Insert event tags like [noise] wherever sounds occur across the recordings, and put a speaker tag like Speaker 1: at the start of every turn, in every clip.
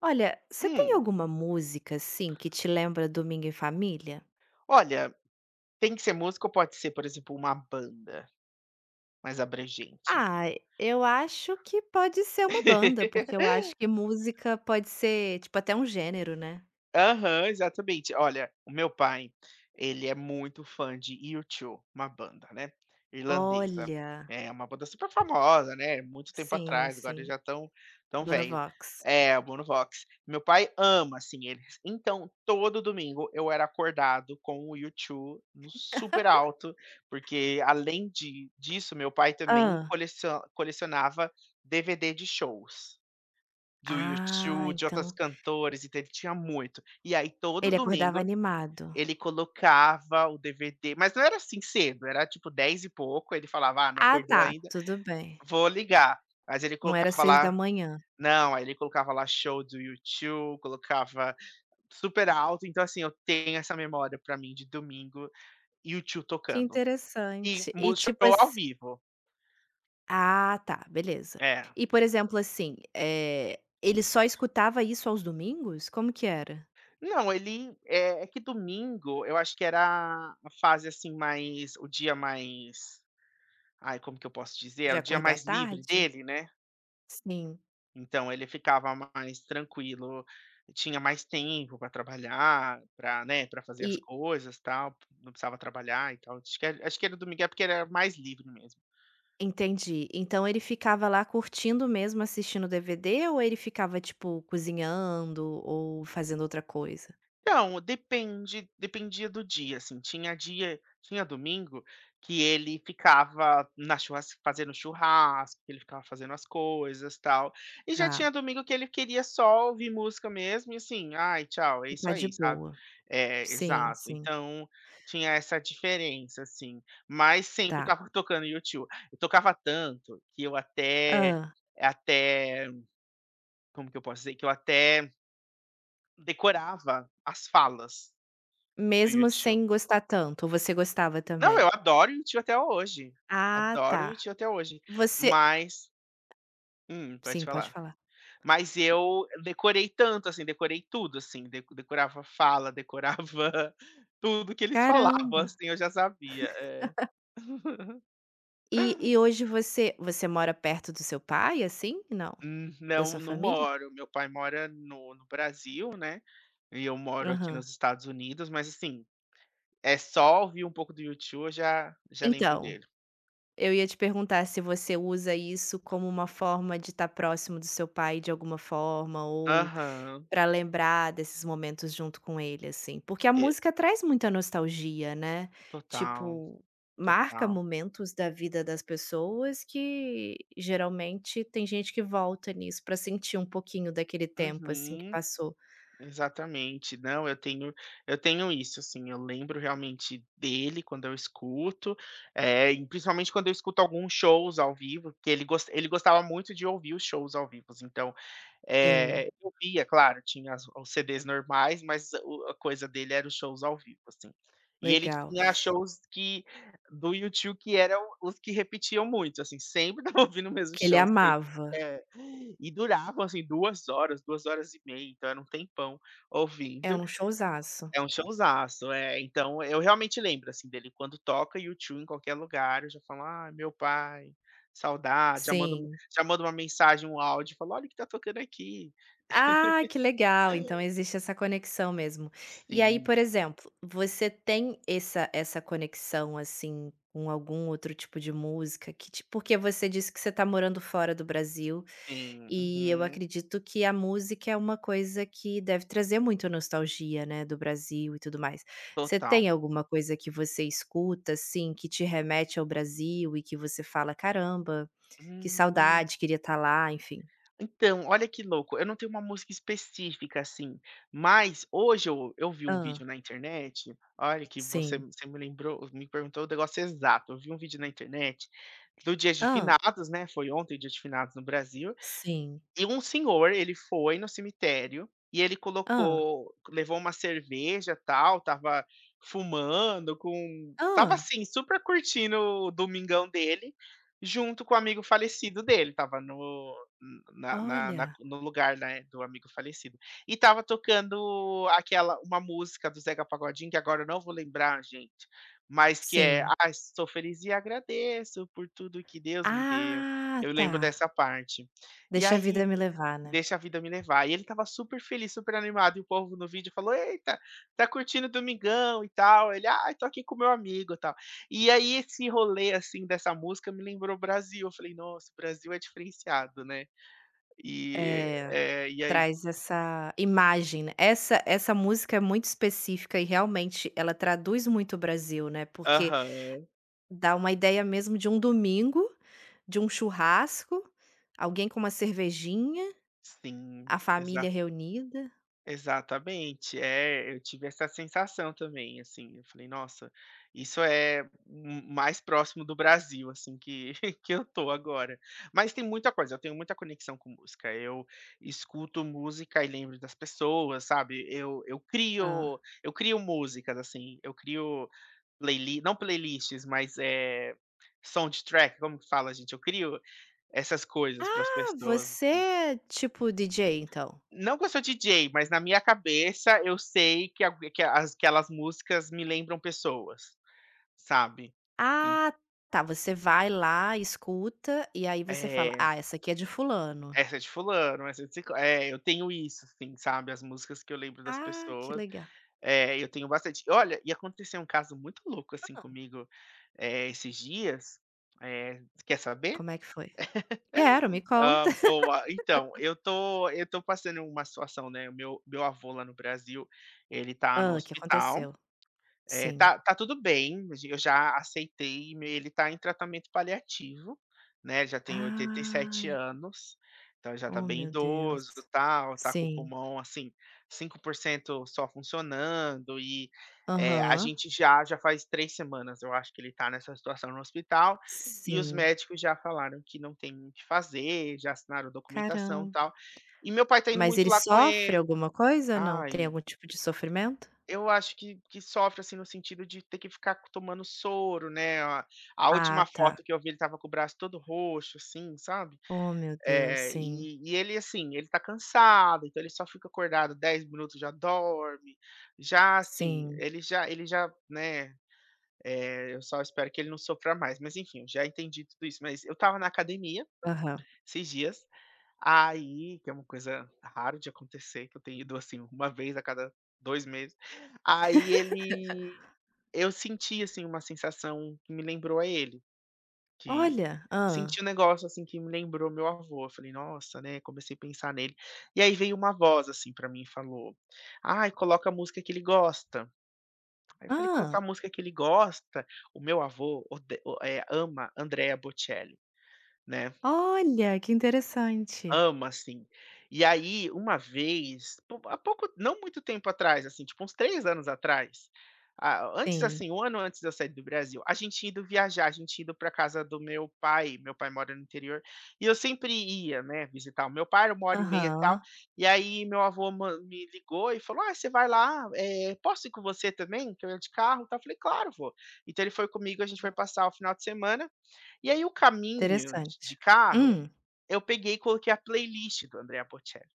Speaker 1: Olha, você tem
Speaker 2: Hum,
Speaker 1: alguma música, assim, que te lembra domingo em família?
Speaker 2: Olha, tem que ser música ou pode ser, por exemplo, uma banda mais abrangente?
Speaker 1: Ah, eu acho que pode ser uma banda,
Speaker 2: [laughs]
Speaker 1: porque eu acho que música pode ser, tipo, até um gênero, né.
Speaker 2: Aham, exatamente. Olha, o meu pai, ele é muito fã de U2, uma banda, né, irlandesa.
Speaker 1: Olha.
Speaker 2: É uma banda super famosa, né, muito tempo
Speaker 1: Sim,
Speaker 2: atrás, agora eles
Speaker 1: sim.
Speaker 2: já estão tão velho.
Speaker 1: Bonovox.
Speaker 2: É, o Bono Vox. Meu pai ama, assim, eles. Então, todo domingo eu era acordado com o U2 no super alto, porque além de disso, meu pai também
Speaker 1: Hã.
Speaker 2: colecionava DVD de shows do YouTube
Speaker 1: Ah,
Speaker 2: 2 de outros
Speaker 1: então
Speaker 2: cantores, então ele tinha muito. E aí todo
Speaker 1: ele acordava
Speaker 2: domingo
Speaker 1: animado.
Speaker 2: ele colocava o DVD, mas não era assim cedo, era tipo 10 e pouco, ele falava: "Ah, não
Speaker 1: Ah
Speaker 2: acordou
Speaker 1: tá,
Speaker 2: ainda,
Speaker 1: tudo bem.
Speaker 2: vou ligar". Mas ele
Speaker 1: Não era
Speaker 2: colocava
Speaker 1: seis da
Speaker 2: lá,
Speaker 1: manhã.
Speaker 2: não, aí ele colocava lá show do YouTube, colocava super alto. Então, assim, eu tenho essa memória pra mim de domingo, YouTube
Speaker 1: Que
Speaker 2: tocando. E
Speaker 1: interessante. E
Speaker 2: show
Speaker 1: tipo
Speaker 2: ao
Speaker 1: ass.
Speaker 2: vivo.
Speaker 1: Ah, tá, beleza.
Speaker 2: É.
Speaker 1: E, por exemplo, assim, ele só escutava isso aos domingos? Como que era?
Speaker 2: Não, ele. É, é que domingo eu acho que era a fase assim, mais. O dia mais. Ai, como que eu posso dizer?
Speaker 1: De
Speaker 2: Era o dia
Speaker 1: acordar
Speaker 2: mais livre
Speaker 1: tarde?
Speaker 2: dele, né,
Speaker 1: Sim.
Speaker 2: então ele ficava mais tranquilo, tinha mais tempo para trabalhar, para, né, para fazer as
Speaker 1: E
Speaker 2: coisas, tal, não precisava trabalhar e tal. Acho que era do Miguel, porque ele era mais livre mesmo.
Speaker 1: entendi. Então ele ficava lá curtindo mesmo, assistindo o DVD ou ele ficava, tipo, cozinhando ou fazendo outra coisa?
Speaker 2: Então, depende dependia do dia, assim, tinha domingo que ele ficava na churras fazendo churrasco, que ele ficava fazendo as coisas, tal. E já tinha
Speaker 1: Tá,
Speaker 2: domingo que ele queria só ouvir música mesmo e assim: "Ai, tchau, é isso
Speaker 1: ficar de
Speaker 2: aí", sabe.
Speaker 1: boa.
Speaker 2: É,
Speaker 1: Sim,
Speaker 2: exato.
Speaker 1: sim.
Speaker 2: Então, tinha essa diferença, assim, mas sempre
Speaker 1: Tá.
Speaker 2: estava [laughs] tocando YouTube. Eu tocava tanto que eu até
Speaker 1: Ah,
Speaker 2: até como que eu posso dizer? Que eu até decorava as falas do
Speaker 1: mesmo
Speaker 2: YouTube.
Speaker 1: sem gostar tanto, ou você gostava
Speaker 2: Não, eu
Speaker 1: também?
Speaker 2: adoro U2 até hoje.
Speaker 1: Ah,
Speaker 2: Adoro U2
Speaker 1: tá.
Speaker 2: até hoje.
Speaker 1: Você
Speaker 2: Mas pode
Speaker 1: sim, pode
Speaker 2: falar.
Speaker 1: falar.
Speaker 2: Mas eu decorei tanto, assim, decorei tudo, assim, de decorava fala, decorava [laughs] tudo que eles falavam,
Speaker 1: Caramba!
Speaker 2: assim, eu já sabia. É.
Speaker 1: E hoje você mora perto do seu pai, assim? Não, da
Speaker 2: Não,
Speaker 1: sua
Speaker 2: não
Speaker 1: família?
Speaker 2: moro. Meu pai mora no Brasil, né, e eu moro aqui
Speaker 1: Aham.
Speaker 2: nos Estados Unidos, mas, assim, é só ouvir um pouco do YouTube, eu já lembro
Speaker 1: Então,
Speaker 2: dele.
Speaker 1: eu ia te perguntar se você usa isso como uma forma de estar próximo do seu pai de alguma forma ou
Speaker 2: Aham.
Speaker 1: para lembrar desses momentos junto com ele, assim. Porque a
Speaker 2: E
Speaker 1: música traz muita nostalgia, né,
Speaker 2: total,
Speaker 1: tipo, marca
Speaker 2: total.
Speaker 1: momentos da vida das pessoas que geralmente tem gente que volta nisso para sentir um pouquinho daquele tempo, assim, que
Speaker 2: Uhum.
Speaker 1: passou.
Speaker 2: Exatamente. Não, eu tenho isso, assim, eu lembro realmente dele quando eu escuto, e principalmente quando eu escuto alguns shows ao vivo, porque ele gostava muito de ouvir os shows ao vivo então,
Speaker 1: Sim,
Speaker 2: eu via, claro, tinha as os CDs normais, mas o a coisa dele era os shows ao vivo, assim. E ele
Speaker 1: legal.
Speaker 2: tinha shows que do YouTube que eram os que repetiam muito, assim, sempre [laughs] estava ouvindo o mesmo
Speaker 1: Que ele
Speaker 2: show.
Speaker 1: amava.
Speaker 2: É. E duravam, assim, 2 horas, 2 horas e meia, então era um tempão
Speaker 1: É
Speaker 2: ouvindo.
Speaker 1: um showzaço.
Speaker 2: É um showzaço, é. Então eu realmente lembro, assim, dele quando toca U2 em qualquer lugar, eu já falo: "Ai, meu pai, saudade", já mando
Speaker 1: Sim.
Speaker 2: já mando uma mensagem, um áudio, falo: "Olha o que tá tocando aqui".
Speaker 1: Ah, que legal, então existe essa conexão mesmo. E aí,
Speaker 2: Sim,
Speaker 1: por exemplo, você tem essa conexão, assim, com algum outro tipo de música que te porque você disse que você tá morando fora do Brasil,
Speaker 2: sim.
Speaker 1: e eu
Speaker 2: Uhum.
Speaker 1: acredito que a música é uma coisa que deve trazer muito nostalgia, né, do Brasil e tudo mais. Você
Speaker 2: Total.
Speaker 1: tem alguma coisa que você escuta, assim, que te remete ao Brasil e que você fala: "Caramba". Que
Speaker 2: Hum.
Speaker 1: saudade, queria estar lá, enfim.
Speaker 2: Então, olha que louco, eu não tenho uma música específica, assim, mas hoje eu vi um
Speaker 1: Hã,
Speaker 2: vídeo na internet, olha que você
Speaker 1: sim.
Speaker 2: você me lembrou me perguntou o negócio exato, eu vi um vídeo na internet do Dia de
Speaker 1: Hã,
Speaker 2: Finados, né, foi ontem Dia de Finados no Brasil,
Speaker 1: sim.
Speaker 2: e um senhor, ele foi no cemitério e ele
Speaker 1: Hã,
Speaker 2: colocou levou uma cerveja, tal, tava fumando com tava
Speaker 1: hã,
Speaker 2: assim, super curtindo o domingão dele, junto com o amigo falecido dele, tava no na na na
Speaker 1: olha.
Speaker 2: no lugar, né, do amigo falecido. E tava tocando aquela uma música do Zeca Pagodinho, que agora eu não vou lembrar, gente, mas que é:
Speaker 1: Sim.
Speaker 2: "Ah, sou feliz e agradeço por tudo que Deus me deu".
Speaker 1: Ah,
Speaker 2: Eu
Speaker 1: tá.
Speaker 2: lembro dessa parte. E
Speaker 1: Deixa a
Speaker 2: aí
Speaker 1: vida me levar, né.
Speaker 2: "Deixa a vida me levar". E ele estava super feliz, super animado, e o povo no vídeo falou: "Eita, tá curtindo o domingão e tal". Ele: "Ai, tô aqui com meu amigo", e tal. E aí esse rolê, assim, dessa música me lembrou Brasil, eu falei: "Nossa, o Brasil é diferenciado, né". E,
Speaker 1: É,
Speaker 2: e aí,
Speaker 1: traz essa imagem, né. Essa música é muito específica e realmente ela traduz muito o Brasil, né, porque
Speaker 2: aham,
Speaker 1: dá uma ideia mesmo de um domingo, de um churrasco, alguém com uma cervejinha,
Speaker 2: sim.
Speaker 1: a família reunida.
Speaker 2: Exatamente. É, eu tive essa sensação também, assim, eu falei: "Nossa, isso é m mais próximo do Brasil, assim, que [laughs] que eu tô agora". Mas tem muita coisa, eu tenho muita conexão com música, eu escuto música e lembro das pessoas, sabe, eu eu
Speaker 1: Hã.
Speaker 2: crio eu crio músicas, assim, eu crio playlist, não, playlists, mas, é, soundtrack, como que fala, gente? Eu crio essas coisas para as pessoas,
Speaker 1: Você
Speaker 2: assim.
Speaker 1: é tipo DJ, então?
Speaker 2: Não que eu sou DJ, mas na minha cabeça eu sei que, aquelas músicas me lembram pessoas, sabe? E,
Speaker 1: Ah, tá, você vai lá, escuta e aí você fala:
Speaker 2: é,
Speaker 1: "Ah, essa aqui é de fulano".
Speaker 2: essa é de fulano, essa é de ciclano. É, eu tenho isso, assim, sabe? As músicas que eu lembro das
Speaker 1: Ah, que
Speaker 2: pessoas.
Speaker 1: legal.
Speaker 2: É, eu tenho bastante. Olha, e aconteceu um caso muito louco, assim, comigo, é, esses dias. É, quer saber?
Speaker 1: Como é que foi? Quero, me
Speaker 2: Ah,
Speaker 1: conta. [laughs]
Speaker 2: boa. Então, eu tô passando uma situação, né? O meu, meu avô lá no Brasil, ele tá no
Speaker 1: Hã, que
Speaker 2: hospital.
Speaker 1: aconteceu?
Speaker 2: É,
Speaker 1: Sim.
Speaker 2: tá tudo bem, eu já aceitei, ele tá em tratamento paliativo, né, já tem oitenta e
Speaker 1: Ai,
Speaker 2: sete anos, então já tá
Speaker 1: oh
Speaker 2: bem
Speaker 1: meu Deus.
Speaker 2: idoso, tal, tá com o
Speaker 1: Sim.
Speaker 2: pulmão, assim, 5% só funcionando e, a
Speaker 1: Aham.
Speaker 2: gente já faz 3 semanas, eu acho que ele tá nessa situação no hospital, e os
Speaker 1: Sim.
Speaker 2: médicos já falaram que não tem o que fazer, já assinaram documentação, e
Speaker 1: Caramba.
Speaker 2: tal. E meu pai tá indo
Speaker 1: Mas
Speaker 2: muito
Speaker 1: ele
Speaker 2: lá com
Speaker 1: sofre
Speaker 2: ele.
Speaker 1: alguma coisa? Não, tem
Speaker 2: Ai,
Speaker 1: algum tipo de sofrimento?
Speaker 2: eu acho que sofre, assim, no sentido de ter que ficar co tomando soro, né, a
Speaker 1: Ah,
Speaker 2: última foto
Speaker 1: tá.
Speaker 2: que eu vi ele tava com o braço todo roxo, assim, sabe.
Speaker 1: Oh meu Deus,
Speaker 2: Eh,
Speaker 1: sim,
Speaker 2: e e ele, assim, ele tá cansado, então ele só fica acordado 10 minutos, já dorme, já, assim,
Speaker 1: sim.
Speaker 2: ele já, né, eu só espero que ele não sofra mais, mas enfim, eu já entendi tudo isso. Mas eu tava na academia
Speaker 1: Aham.
Speaker 2: esses dias, aí que é uma coisa rara de acontecer, que eu tenho ido, assim, uma vez a cada 2 meses, aí ele eu senti, assim, uma sensação que me lembrou a ele, que
Speaker 1: Olha!
Speaker 2: senti
Speaker 1: Ah.
Speaker 2: um negócio, assim, que me lembrou meu avô, eu falei: "Nossa", né, comecei a pensar nele. E aí veio uma voz, assim, pra mim e falou: "Ai, coloca a música que ele gosta". Aí eu falei: "Colocar a
Speaker 1: Ah,
Speaker 2: música que ele gosta?". O meu avô ama Andrea Bocelli, né.
Speaker 1: olha, que interessante.
Speaker 2: Ama, assim. E aí, uma vez, pou há pouco, não muito tempo atrás, assim, tipo uns 3 anos atrás, ah, antes,
Speaker 1: Sim,
Speaker 2: assim, um ano antes de eu sair do Brasil, a gente indo viajar, a gente indo para casa do meu pai mora no interior, e eu sempre ia, né, visitar o meu pai, era 1 hora e meia e tal,
Speaker 1: aham,
Speaker 2: e aí meu avô man me ligou e falou: "Ah, você vai lá, posso ir com você também, que eu ia de carro e tal?". Eu falei: "Claro, vou". Então ele foi comigo, a gente foi passar o final de semana, e aí o caminho
Speaker 1: interessante.
Speaker 2: de carro
Speaker 1: Hum,
Speaker 2: eu peguei e coloquei a playlist do Andrea Bocelli.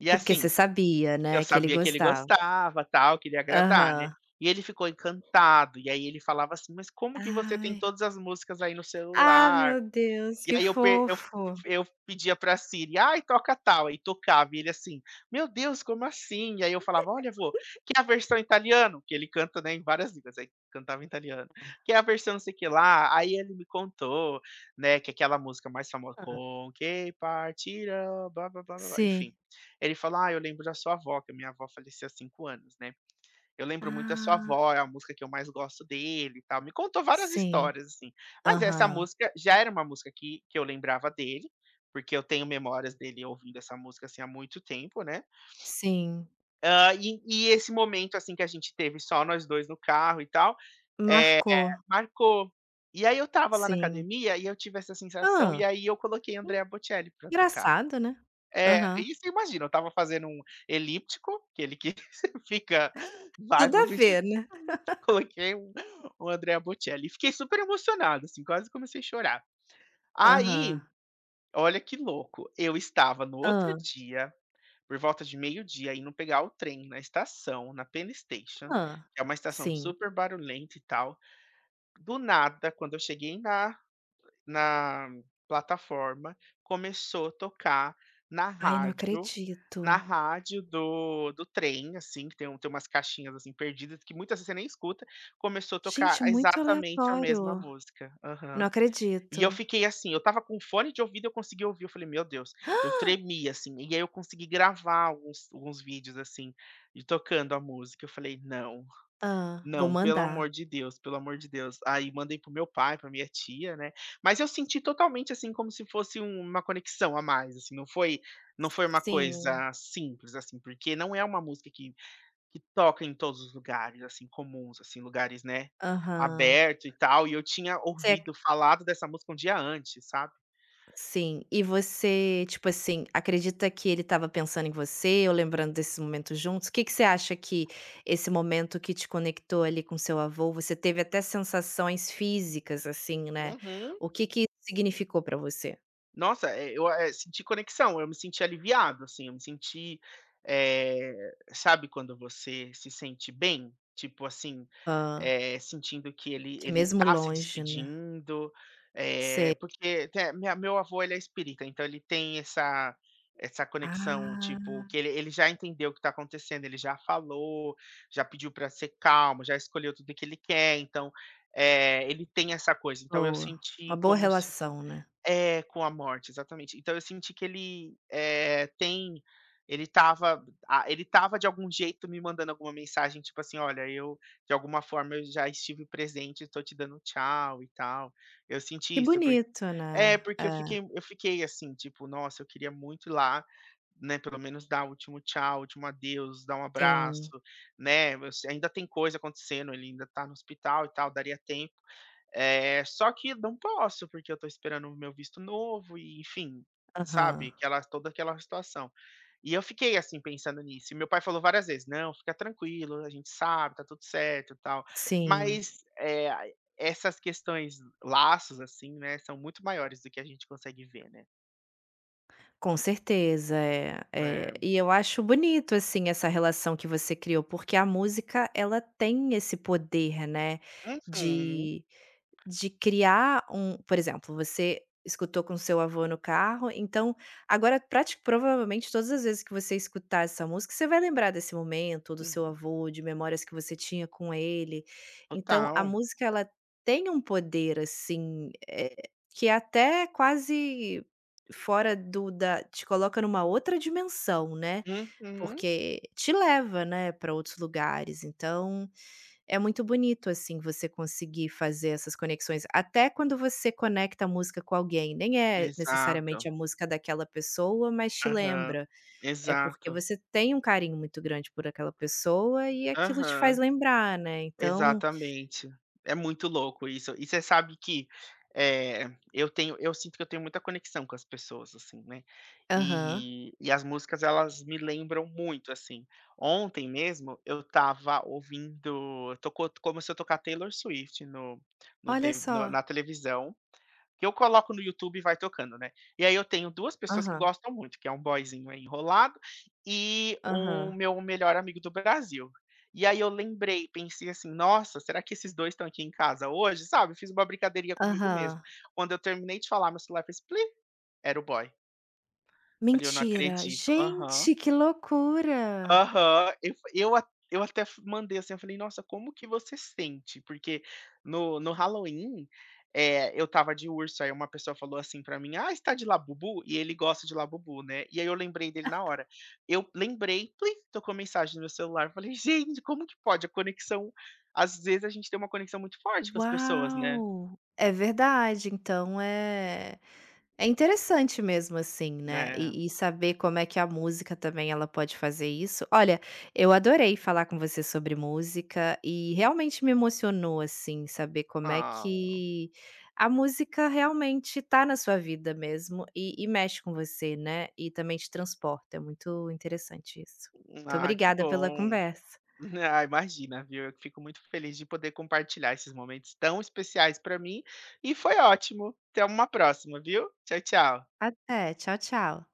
Speaker 2: E,
Speaker 1: porque
Speaker 2: assim,
Speaker 1: você sabia,
Speaker 2: eu
Speaker 1: né, que ele
Speaker 2: sabia que ele
Speaker 1: gostava.
Speaker 2: gostava, tal, que ele ia agradar, né.
Speaker 1: Aham.
Speaker 2: E ele ficou encantado, e aí ele falava assim: "Mas como que você tem
Speaker 1: Ai,
Speaker 2: todas as músicas aí no
Speaker 1: ah,
Speaker 2: celular?".
Speaker 1: meu Deus,
Speaker 2: E
Speaker 1: que
Speaker 2: aí eu, pe
Speaker 1: fofo.
Speaker 2: eu pedia pra Siri: "Ai, toca tal", aí tocava, e ele assim: "Meu Deus, como assim?". E aí eu falava: "Olha, vô, quer a versão em italiano?", que ele canta, né, em várias línguas, aí cantava em italiano. "Quer a versão não sei o que lá?". Aí ele me contou, né, que aquela música mais famosa,
Speaker 1: Hã.
Speaker 2: "Con che partirò", blá blá blá blá blá, enfim.
Speaker 1: Sim.
Speaker 2: Ele falou: "Ah, eu lembro da sua avó", que a minha avó faleceu há 5 anos, né. Eu lembro muito da sua
Speaker 1: Ah,
Speaker 2: avó, é a música que eu mais gosto dele e tal. Me contou várias
Speaker 1: sim,
Speaker 2: histórias, assim. Mas essa
Speaker 1: aham,
Speaker 2: música já era uma música que eu lembrava dele, porque eu tenho memórias dele ouvindo essa música, assim, há muito tempo, né.
Speaker 1: sim,
Speaker 2: Hã, e esse momento, assim, que a gente teve só nós 2 no carro e tal, eh,
Speaker 1: marcou,
Speaker 2: marcou. E aí eu tava lá na
Speaker 1: sim.
Speaker 2: academia e eu tive essa sensação, e
Speaker 1: Hã,
Speaker 2: aí eu coloquei Andrea Bocelli pra tocar.
Speaker 1: engraçado, né.
Speaker 2: É,
Speaker 1: Aham.
Speaker 2: e imagina, eu estava fazendo um elíptico, aquele que [laughs] fica vai
Speaker 1: Tudo
Speaker 2: para o
Speaker 1: a
Speaker 2: 20
Speaker 1: ver,
Speaker 2: [laughs]
Speaker 1: né.
Speaker 2: coloquei um Andrea Bocelli. Fiquei super emocionado, assim, quase comecei a chorar.
Speaker 1: Aham.
Speaker 2: Aí, olha que louco, eu estava no outro
Speaker 1: Hã,
Speaker 2: dia, por volta de meio-dia, indo pegar o trem na estação, na Penn Station,
Speaker 1: hã,
Speaker 2: que é uma estação
Speaker 1: sim.
Speaker 2: super barulhenta e tal. Do nada, quando eu cheguei na plataforma, começou a tocar na
Speaker 1: Ai, não
Speaker 2: rádio, na
Speaker 1: acredito.
Speaker 2: rádio do trem, assim, que tem tem umas caixinhas, assim, perdidas, que muitas vezes você nem escuta, começou a
Speaker 1: Gente,
Speaker 2: tocar
Speaker 1: muito
Speaker 2: exatamente a mesma
Speaker 1: aleatório.
Speaker 2: música.
Speaker 1: Não
Speaker 2: Aham. E eu
Speaker 1: acredito.
Speaker 2: fiquei assim, eu tava com um fone de ouvido, eu consegui ouvir, eu falei: "Meu Deus", eu tremi, assim, e aí eu consegui gravar alguns vídeos, assim, de tocando a música, eu falei: "Não".
Speaker 1: Hã, vou
Speaker 2: Não, pelo amor
Speaker 1: mandar.
Speaker 2: de Deus, pelo amor de Deus. Aí mandei para meu pai, para minha tia, né. Mas eu senti totalmente, assim, como se fosse um- uma conexão a mais, assim, não foi uma
Speaker 1: Sim.
Speaker 2: coisa simples, assim, porque não é uma música que toca em todos os lugares, assim, comuns, assim, lugares, né,
Speaker 1: Aham.
Speaker 2: aberto e tal, e eu tinha
Speaker 1: Você
Speaker 2: ouvido,
Speaker 1: ac
Speaker 2: falado dessa música um dia antes, sabe.
Speaker 1: sim. E você, tipo assim, acredita que ele estava pensando em você ou lembrando desses momentos juntos? O que que você acha que esse momento que te conectou ali com seu avô, você teve até sensações físicas, assim, né.
Speaker 2: Uhum.
Speaker 1: O que que isso significou pra você?
Speaker 2: Nossa, eu, senti conexão, eu me senti aliviado, assim, eu me senti, eh, sabe quando você se sente bem? Tipo assim,
Speaker 1: Hã,
Speaker 2: sentindo que ele
Speaker 1: que
Speaker 2: ele
Speaker 1: mesmo
Speaker 2: tá se
Speaker 1: longe, né.
Speaker 2: despedindo,
Speaker 1: Sei.
Speaker 2: porque te minha meu avô ele é espírita, então ele tem essa conexão,
Speaker 1: Ah,
Speaker 2: tipo, que ele já entendeu o que tá acontecendo, ele já falou, já pediu para ser calmo, já escolheu tudo que ele quer, então, ele tem essa coisa, então eu
Speaker 1: boa.
Speaker 2: senti
Speaker 1: Uma boa
Speaker 2: como se
Speaker 1: relação, né.
Speaker 2: é, com a morte, exatamente. Então eu senti que ele, tem ele tava, a ele tava de algum jeito me mandando alguma mensagem, tipo assim: "Olha, eu de alguma forma eu já estive presente, estou te dando tchau e tal". Eu senti
Speaker 1: Que
Speaker 2: isso,
Speaker 1: bonito,
Speaker 2: é,
Speaker 1: né.
Speaker 2: porque eu fiquei
Speaker 1: É,
Speaker 2: eu fiquei assim, tipo: "Nossa, eu queria muito ir lá, né, pelo menos dar o último tchau, o último adeus, dar um abraço",
Speaker 1: sim.
Speaker 2: né, você ainda tem coisa acontecendo, ele ainda tá no hospital e tal, daria tempo. Só que não posso, porque eu tô esperando o meu visto novo e, enfim,
Speaker 1: Aham.
Speaker 2: sabe, aquela toda aquela situação. E eu fiquei, assim, pensando nisso, e meu pai falou várias vezes: "Não, fica tranquilo, a gente sabe, tá tudo certo, e tal".
Speaker 1: Sim,
Speaker 2: Mas, é. Essas questões, laços, assim, né, são muito maiores do que a gente consegue ver, né.
Speaker 1: com certeza, é, é.
Speaker 2: É.
Speaker 1: E eu acho bonito, assim, essa relação que você criou, porque a música ela tem esse poder, né,
Speaker 2: Uhum,
Speaker 1: de De criar um por exemplo, você escutou com seu avô no carro, então agora prati provavelmente todas as vezes que você escutar essa música, você vai lembrar desse momento, do seu
Speaker 2: uhum.
Speaker 1: avô, de memórias que você tinha com ele. Então a
Speaker 2: Total.
Speaker 1: música ela tem um poder, assim, que é até quase fora do da te coloca numa outra dimensão, né,
Speaker 2: Uhum.
Speaker 1: porque te leva, né, para outros lugares, então é muito bonito, assim, você conseguir fazer essas conexões. Até quando você conecta a música com alguém, nem é necessariamente
Speaker 2: Exato.
Speaker 1: a música daquela pessoa, mas te
Speaker 2: Aham.
Speaker 1: lembra. É porque
Speaker 2: Exato.
Speaker 1: você tem um carinho muito grande por aquela pessoa e aquilo te faz
Speaker 2: Aham.
Speaker 1: lembrar, né. Então
Speaker 2: Exatamente. É muito louco isso. E você sabe que, eh, eu tenho eu sinto que eu tenho muita conexão com as pessoas, assim, né.
Speaker 1: aham.
Speaker 2: E as músicas elas me lembram muito, assim. Ontem mesmo eu estava ouvindo tocou começou a tocar Taylor Swift no no
Speaker 1: Olha
Speaker 2: de na
Speaker 1: só.
Speaker 2: na televisão, que eu coloco no YouTube e vai tocando, né. E aí eu tenho 2 pessoas que
Speaker 1: Aham,
Speaker 2: gostam muito, que é um boyzinho aí enrolado e o
Speaker 1: aham,
Speaker 2: meu melhor amigo do Brasil. E aí eu lembrei, pensei assim: "Nossa, será que esses 2 estão aqui em casa hoje?", sabe, fiz uma brincadeirinha comigo mesmo.
Speaker 1: aham.
Speaker 2: Quando eu terminei de falar, meu celular fez "plim", era o boy. Falei: "Eu não
Speaker 1: Mentira!
Speaker 2: acredito". Aham.
Speaker 1: Gente, que loucura!
Speaker 2: Aham, eu f eu a eu até f mandei, assim, eu falei: "Nossa, como que você sente?" Porque no Halloween, eu tava de urso, aí uma pessoa falou assim pra mim: "Ah, está de Labubu?" E ele gosta de Labubu, né, e aí eu lembrei dele na hora. Eu lembrei, plim, tocou mensagem no meu celular, falei: [laughs] "Gente, como que pode?" A conexão às vezes a gente tem uma conexão muito forte com as pessoas, né.
Speaker 1: Uau! É verdade, então é é interessante mesmo, assim, né,
Speaker 2: É.
Speaker 1: e saber como é que a música também ela pode fazer isso. Olha, eu adorei falar com você sobre música e realmente me emocionou, assim, saber como é
Speaker 2: Ah,
Speaker 1: que a música realmente tá na sua vida mesmo e mexe com você, né, e também te transporta, é muito interessante isso. Muito
Speaker 2: ai que
Speaker 1: obrigada pela
Speaker 2: bom.
Speaker 1: conversa.
Speaker 2: [laughs] Ah, imagina, viu? Eu fico muito feliz de poder compartilhar esses momentos tão especiais para mim e foi ótimo. Até uma próxima, viu? Tchau, tchau.
Speaker 1: Até, tchau, tchau.